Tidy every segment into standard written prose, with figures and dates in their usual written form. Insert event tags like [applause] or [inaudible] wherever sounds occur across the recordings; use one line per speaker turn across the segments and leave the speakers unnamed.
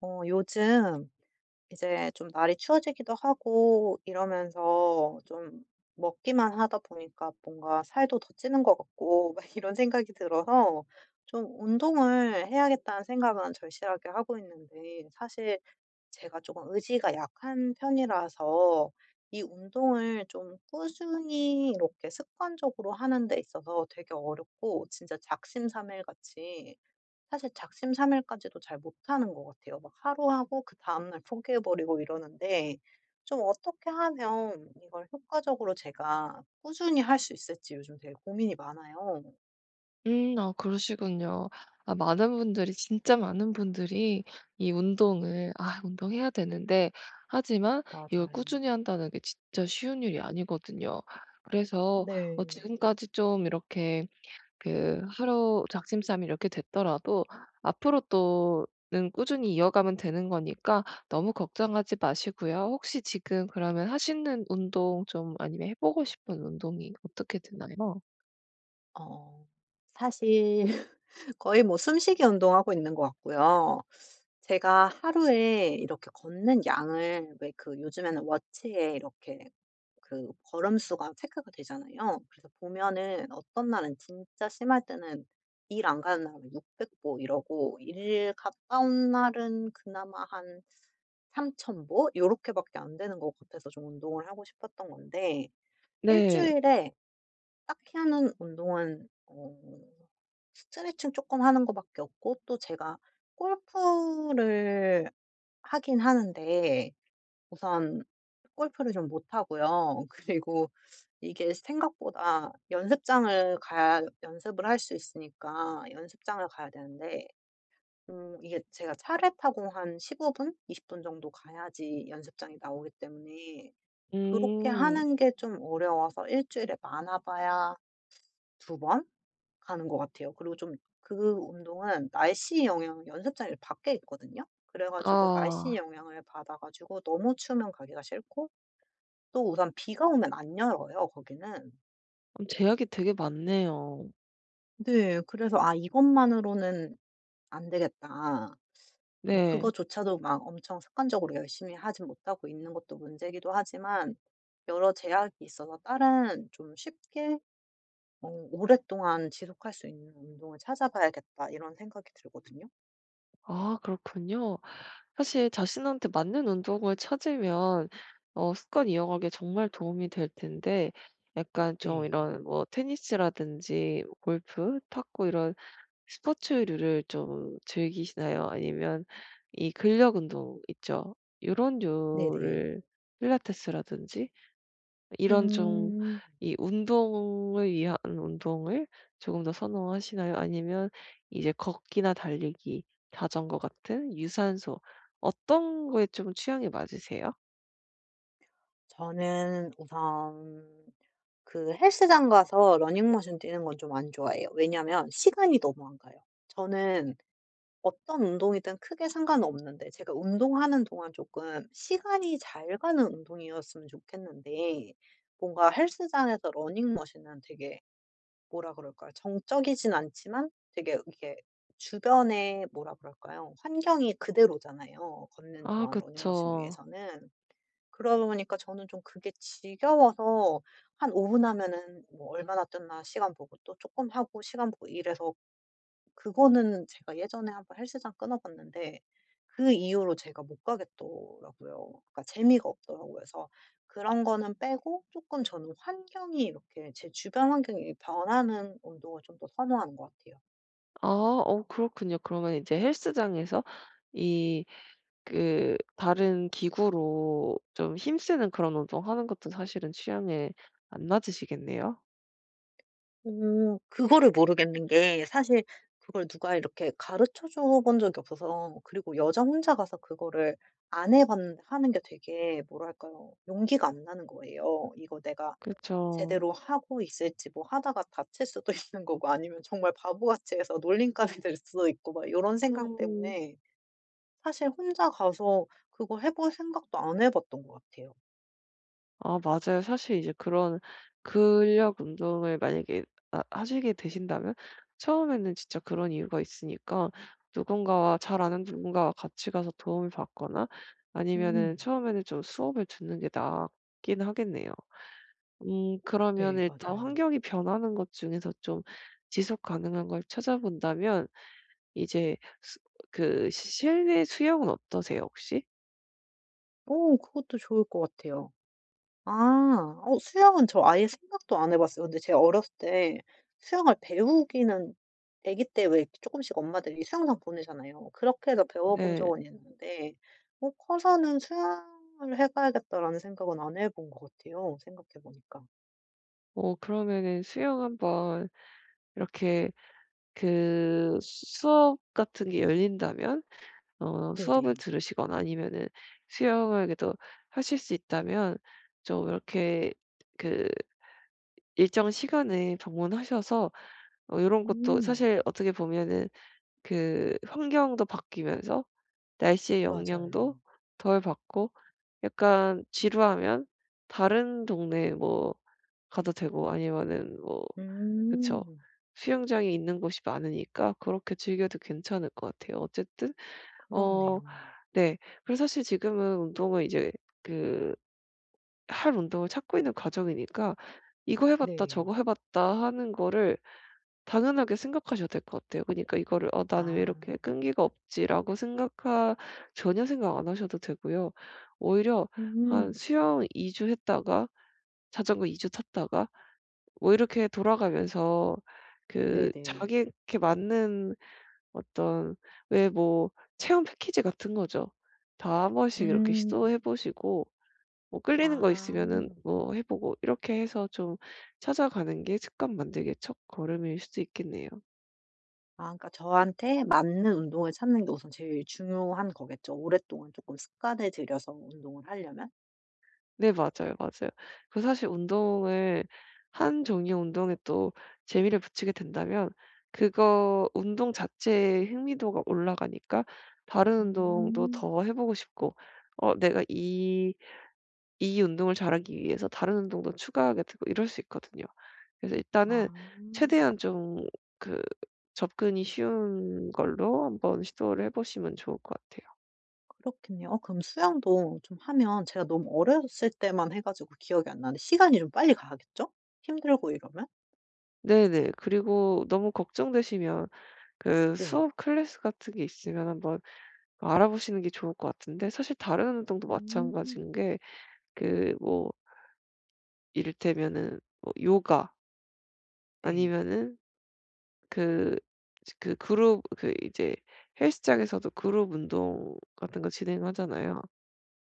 요즘 이제 좀 날이 추워지기도 하고 이러면서 좀 먹기만 하다 보니까 뭔가 살도 더 찌는 것 같고 [laughs] 막 이런 생각이 들어서 좀 운동을 해야겠다는 생각은 절실하게 하고 있는데, 사실 제가 조금 의지가 약한 편이라서 이 운동을 좀 꾸준히 이렇게 습관적으로 하는 데 있어서 되게 어렵고, 진짜 작심삼일같이, 사실 작심삼일까지도 잘 못하는 것 같아요. 막 하루 하고 그 다음날 포기해 버리고 이러는데 좀 어떻게 하면 이걸 효과적으로 제가 꾸준히 할 수 있을지 요즘 되게 고민이 많아요.
음. 아 그러시군요. 아 많은 분들이 진짜 많은 분들이 이 운동을 '아 운동해야 되는데.' 하지만 이걸
맞아요.
꾸준히 한다는 게 진짜 쉬운 일이 아니거든요. 그래서
네.
지금까지 좀 이렇게 그 하루 작심삼일 이렇게 됐더라도 앞으로 또는 꾸준히 이어가면 되는 거니까 너무 걱정하지 마시고요. 혹시 지금 그러면 하시는 운동 좀, 아니면 해 보고 싶은 운동이 어떻게 되나요?
어, 사실 [laughs] 거의 뭐 숨쉬기 운동하고 있는 것 같고요. 제가 하루에 이렇게 걷는 양을, 왜 그 요즘에는 워치에 이렇게 그 걸음수가 체크가 되잖아요. 그래서 보면은 어떤 날은 진짜 심할 때는 일 안 가는 날은 600보 이러고, 일 갔다 온 날은 그나마 한 3,000 보 요렇게밖에 안 되는 것 같아서 좀 운동을 하고 싶었던 건데, 일
네.
주일에 딱히 하는 운동은 스트레칭 조금 하는 거 밖에 없고, 또 제가 골프를 하긴 하는데, 우선 골프를 좀 못 하고요. 그리고 이게 생각보다 연습장을 가야 연습을 할 수 있으니까 연습장을 가야 되는데, 이게 제가 차를 타고 한 15 분, 20분 정도 가야지 연습장이 나오기 때문에 그렇게
음.
하는 게 좀 어려워서 일 주일에 많아 봐야 2번 가는 것 같아요. 그리고 좀, 그 운동은 날씨 영향, 연습장이 밖에 있거든요. 그래 가지고 날씨
아.
영향을 받아 가지고 너무 추우면 가기가 싫고, 또 우선 비가 오면 안 열어요 거기는.
그럼 제약이 되게 많네요.
네. 그래서 '아 이것만으로는 안 되겠다.' 뭐
네.
그거조차도 막 엄청 습관적으로 열심히 하진 못하고 있는 것도 문제이기도 하지만, 여러 제약이 있어서 다른 좀 쉽게 '오랫동안 지속할 수 있는 운동을 찾아봐야겠다.' 이런 생각이 들거든요.
아 그렇군요. 사실 자신한테 맞는 운동을 찾으면 습관 이어가기에 정말 도움이 될 텐데, 약간 좀
네.
이런 뭐 테니스라든지 골프, 탁구, 이런 스포츠류를 좀 즐기시나요? 아니면 이 근력 운동 있죠. 요런
네네.
류를, 필라테스라든지 이런 좀,
음.
이 운동을 위한 운동을 조금 더 선호하시나요? 아니면 이제 걷기나 달리기, 자전거 같은 유산소, 어떤 거에 좀 취향이 맞으세요?
저는 우선 그 헬스장 가서 러닝머신 뛰는 건 좀 안 좋아해요. 왜냐면 시간이 너무 안 가요. 저는 어떤 운동이든 크게 상관없는데, 제가 운동하는 동안 조금 시간이 잘 가는 운동이었으면 좋겠는데, 뭔가 헬스장에서 러닝머신은 되게 뭐라 그럴까요? 정적이진 않지만 되게 이게 주변에, 뭐라 그럴까요? 환경이 그대로잖아요, 걷는
아
동안 러닝머신
그쵸.
위에서는. 그러다 보니까 저는 좀 그게 지겨워서 한 5분 하면은 뭐 얼마나 뛰나 시간 보고, 또 조금 하고 시간 보고 이래서, 그거는 제가 예전에 한번 헬스장 끊어 봤는데 그 이후로 제가 못 가겠더라고요. 그러니까 재미가 없더라고요. 그래서 그런 거는 빼고, 조금 저는 환경이 이렇게 제 주변 환경이 변하는 운동을 좀 더 선호하는 것 같아요.
아 그렇군요. 그러면 이제 헬스장에서 이 그 다른 기구로 좀 힘쓰는 그런 운동하는 것도 사실은 취향에 안 맞으시겠네요.
그거를 모르겠는 게, 사실 그걸 누가 이렇게 가르쳐 줘 본 적이 없어서, 그리고 여자 혼자 가서 그거를 안 해 봤는데 하는 게 되게, 뭐랄까요? 용기가 안 나는 거예요. 이거 내가
그쵸.
제대로 하고 있을지, 뭐 하다가 다칠 수도 [laughs] 있는 거고, 아니면 정말 바보같이 해서 놀림감이 될 수도 있고 막 이런 생각
음.
때문에 사실 혼자 가서 그거 해볼 생각도 안 해 봤던 것 같아요.
아 맞아요. 사실 이제 그런 근력 운동을 만약에 하시게 되신다면, 처음에는 진짜 그런 이유가 있으니까 누군가와, 잘 아는 누군가와 같이 가서 도움을 받거나, 아니면은
음.
처음에는 좀 수업을 듣는 게 낫긴 하겠네요. 그러면
네
일단
맞아요.
환경이 변하는 것 중에서 좀 지속 가능한 걸 찾아본다면 이제 수 그 시 실내 수영은 어떠세요, 혹시?
오, 그것도 좋을 것 같아요. 아. 수영은 저 아예 생각도 안 해 봤어요. 근데 제가 어렸을 때 수영을 배우기는, 아기 때 왜 조금씩 엄마들이 수영장 보내잖아요. 그렇게 해서 배워본
네.
적은 있는데 '커서는 수영을 해 봐야겠다.'라는 생각은 안 해본 것 같아요, 생각해 보니까.
그러면은 수영 한번 이렇게 그 수업 같은 게 열린다면, 수업을
네네.
들으시거나 아니면은 수영을 그래도 하실 수 있다면 좀 이렇게 그 일정 시간에 방문하셔서, 요런 것도
음.
사실 어떻게 보면은 그 환경도 바뀌면서 날씨의
맞아요.
영향도 덜 받고, 약간 지루하면 다른 동네 뭐 가도 되고, 아니면은 뭐 그쵸.
음.
수영장이 있는 곳이 많으니까 그렇게 즐겨도 괜찮을 것 같아요. 어쨌든 어
그렇네요.
네. 그래서 사실 지금은 운동을 이제 그 할 운동을 찾고 있는 과정이니까 '이거 해 봤다.
네.
저거 해 봤다.' 하는 거를 당연하게 생각하셔도 될 것 같아요. 그니까 러 이거를 '어 나는 왜
아.
이렇게 끈기가 없지?'라고 생각하 전혀 생각 안 하셔도 되고요. 오히려 한
음.
수영 2주 했다가 자전거 2주 탔다가 뭐 이렇게 돌아가면서 그
네네.
자기에게 맞는 어떤, 왜 뭐 체험 패키지 같은 거죠. 다 한 번씩 이렇게
음.
시도해 보시고 뭐 끌리는 거
아.
있으면은 뭐 해 보고, 이렇게 해서 좀 찾아가는 게 습관 만들기의 첫 걸음일 수도 있겠네요.
아, 그러니까 저한테 맞는 운동을 찾는 게 우선 제일 중요한 거겠죠. 오랫동안 조금 습관을 들여서 운동을 하려면?
네 맞아요, 맞아요. 그 사실 운동을, 한 종류의 운동에 또 재미를 붙이게 된다면, 그거 운동 자체의 흥미도가 올라가니까 다른 운동도
음.
더 해 보고 싶고, 내가 이 운동을 잘하기 위해서 다른 운동도 추가하게 되고 이럴 수 있거든요. 그래서
아,
일단은 최대한 좀 그 접근이 쉬운 걸로 한번 시도를 해 보시면 좋을 것 같아요.
그렇겠네요. 그럼 수영도 좀 하면, 제가 너무 어렸을 때만 해 가지고 기억이 안 나는데, 시간이 좀 빨리 가겠죠? 힘들고 이러면?
네네. 그리고 너무 걱정되시면 그
네.
수업 클래스 같은 게 있으면 한번 알아보시는 게 좋을 것 같은데, 사실 다른 운동도
음.
마찬가지인 게 그 뭐 이를테면은 뭐 요가,
네.
아니면은 그 그룹, 이제 헬스장에서도 그룹 운동 같은 거 진행하잖아요.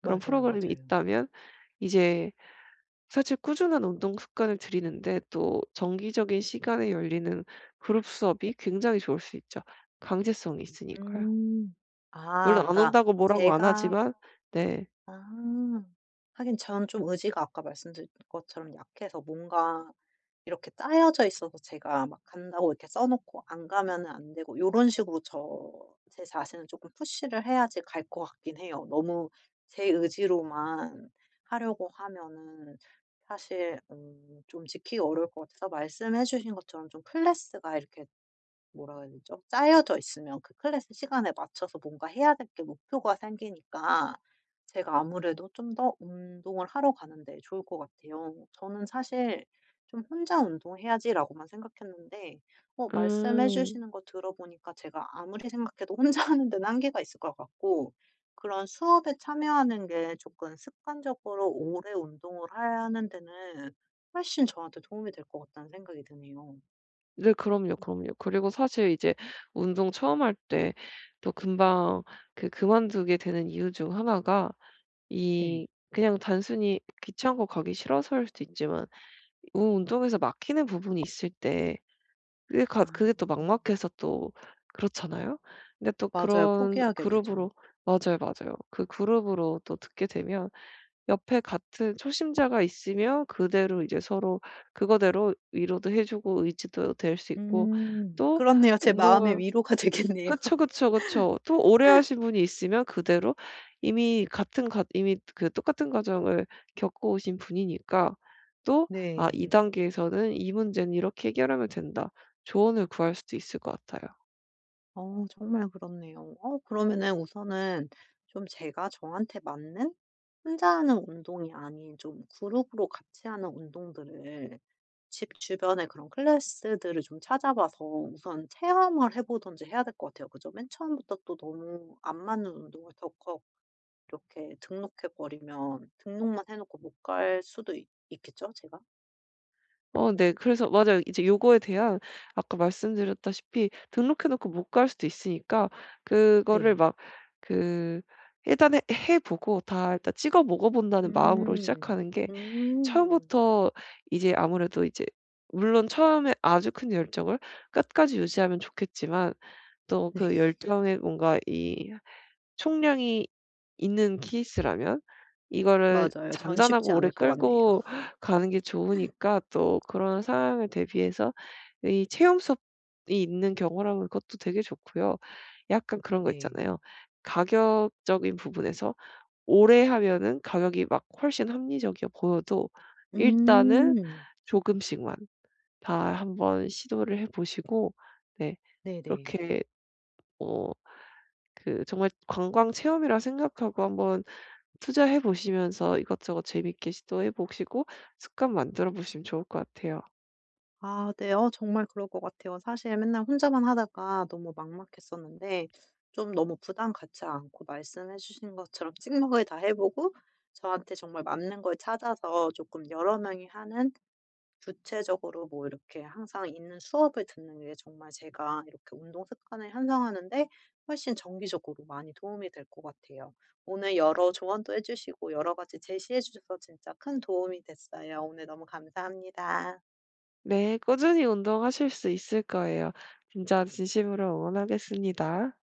그런
맞아요,
프로그램이
맞아요.
있다면 이제 사실 꾸준한 운동 습관을 들이는데 또 정기적인 시간에 열리는 그룹 수업이 굉장히 좋을 수 있죠. 강제성이 있으니까요.
음. 아,
물론 안
그러니까
온다고 뭐라고 안
제가,
하지만. 네.
아, 하긴 저는 좀 의지가 아까 말씀드린 것처럼 약해서, 뭔가 이렇게 짜여져 있어서 제가 막 간다고 이렇게 써 놓고 안 가면은 안 되고 요런 식으로 저 제 자신을 조금 푸시를 해야지 갈 것 같긴 해요. 너무 제 의지로만 하려고 하면은 사실, 좀 지키기 어려울 것 같아서, 말씀해 주신 것처럼 좀 클래스가 이렇게, 뭐라 해야 되죠? 짜여져 있으면 그 클래스 시간에 맞춰서 뭔가 해야 될 게 목표가 생기니까 제가 아무래도 좀 더 운동을 하러 가는 데 좋을 것 같아요. 저는 사실 좀 '혼자 운동해야지.'라고만 생각했는데, 말씀해
음.
주시는 거 들어보니까 제가 아무리 생각해도 혼자 [laughs] 하는 데는 한계가 있을 것 같고, 그런 수업에 참여하는 게 조금 습관적으로 오래 운동을 하는 데는 훨씬 저한테 도움이 될 것 같다는 생각이 드네요.
네, 그럼요, 그럼요. 그리고 사실 이제 운동 처음 할 때 또 금방 그 그만두게 되는 이유 중 하나가
네.
이 그냥 단순히 귀찮고 가기 싫어서일 수도 있지만, 운 운동에서 막히는 부분이 있을 때
아.
그게 또 막막해서 또 그렇잖아요. 근데 또
맞아요.
그런
포기하게 되죠.
그룹으로, 맞아요, 맞아요. 그 그룹으로 또 듣게 되면 옆에 같은 초심자가 있으면 그대로 이제 서로 그거대로 위로도 해 주고 의지도 될 수 있고,
음.
또
그렇네요. 제 마음의
운동을
위로가 되겠네요.
그쵸,
[laughs]
그쵸, 그쵸. 또 오래 하신 분이 있으면 그대로, 이미 같은 과 이미 그 똑같은 과정을 겪어 오신 분이니까 또 '아 이
네.
단계에서는 이 문제는 이렇게 해결하면 된다.' 조언을 구할 수도 있을 것 같아요.
정말 그렇네요. 그러면은 우선은 좀 제가 저한테 맞는, 혼자 하는 운동이 아닌 좀 그룹으로 같이 하는 운동들을 집 주변에 그런 클래스들을 좀 찾아봐서 우선 체험을 해 보든지 해야 될 것 같아요. 그죠? 맨 처음부터 또 너무 안 맞는 운동을 덜컥 이렇게 등록해 버리면 등록만 해 놓고 못 갈 수도 있 있겠죠 제가?
네. 그래서 맞아요. 이제 요거에 대한, 아까 말씀드렸다시피 등록해 놓고 못 갈 수도 있으니까 그거를
네.
막 그 일단 해 보고 다 일단 찍어 먹어 본다는 마음으로
음.
시작하는 게,
음. [laughs]
처음부터 이제 아무래도 이제, 물론 처음에 아주 큰 열정을 끝까지 유지하면 좋겠지만 또 그
네.
열정에 뭔가 이 총량이 있는 케이스라면 이거를
맞아요. 전 쉽지
잔잔하고 오래
않을 것 같네요.
끌고 가는 게 좋으니까, 또 그런 상황을 대비해서 이 체험 수업이 있는 경우라면 그것도 되게 좋고요. 약간 그런 거
네.
있잖아요. 가격적인 부분에서 오래 하면은 가격이 막 훨씬 합리적이어 보여도 일단은
음.
조금씩만 다 한번 시도를 해 보시고, 네,
네네.
그렇게 어 그 정말 관광 체험이라 생각하고 한번 투자해 보시면서 이것저것 재밌게 시도해 보시고 습관 만들어 보시면 좋을 것 같아요.
아 네. 정말 그럴 것 같아요. 사실 맨날 혼자만 하다가 너무 막막했었는데, 좀 너무 부담 갖지 않고 말씀해 주신 것처럼 찍먹을 다 해 보고 저한테 정말 맞는 걸 찾아서, 조금 여러 명이 하는 구체적으로 뭐 이렇게 항상 있는 수업을 듣는 게 정말 제가 이렇게 운동 습관을 향상하는데 훨씬 정기적으로 많이 도움이 될 것 같아요. 오늘 여러 조언도 해주시고 여러 가지 제시해 주셔서 진짜 큰 도움이 됐어요. 오늘 너무 감사합니다.
네, 꾸준히 운동하실 수 있을 거예요. 진짜 진심으로 응원하겠습니다.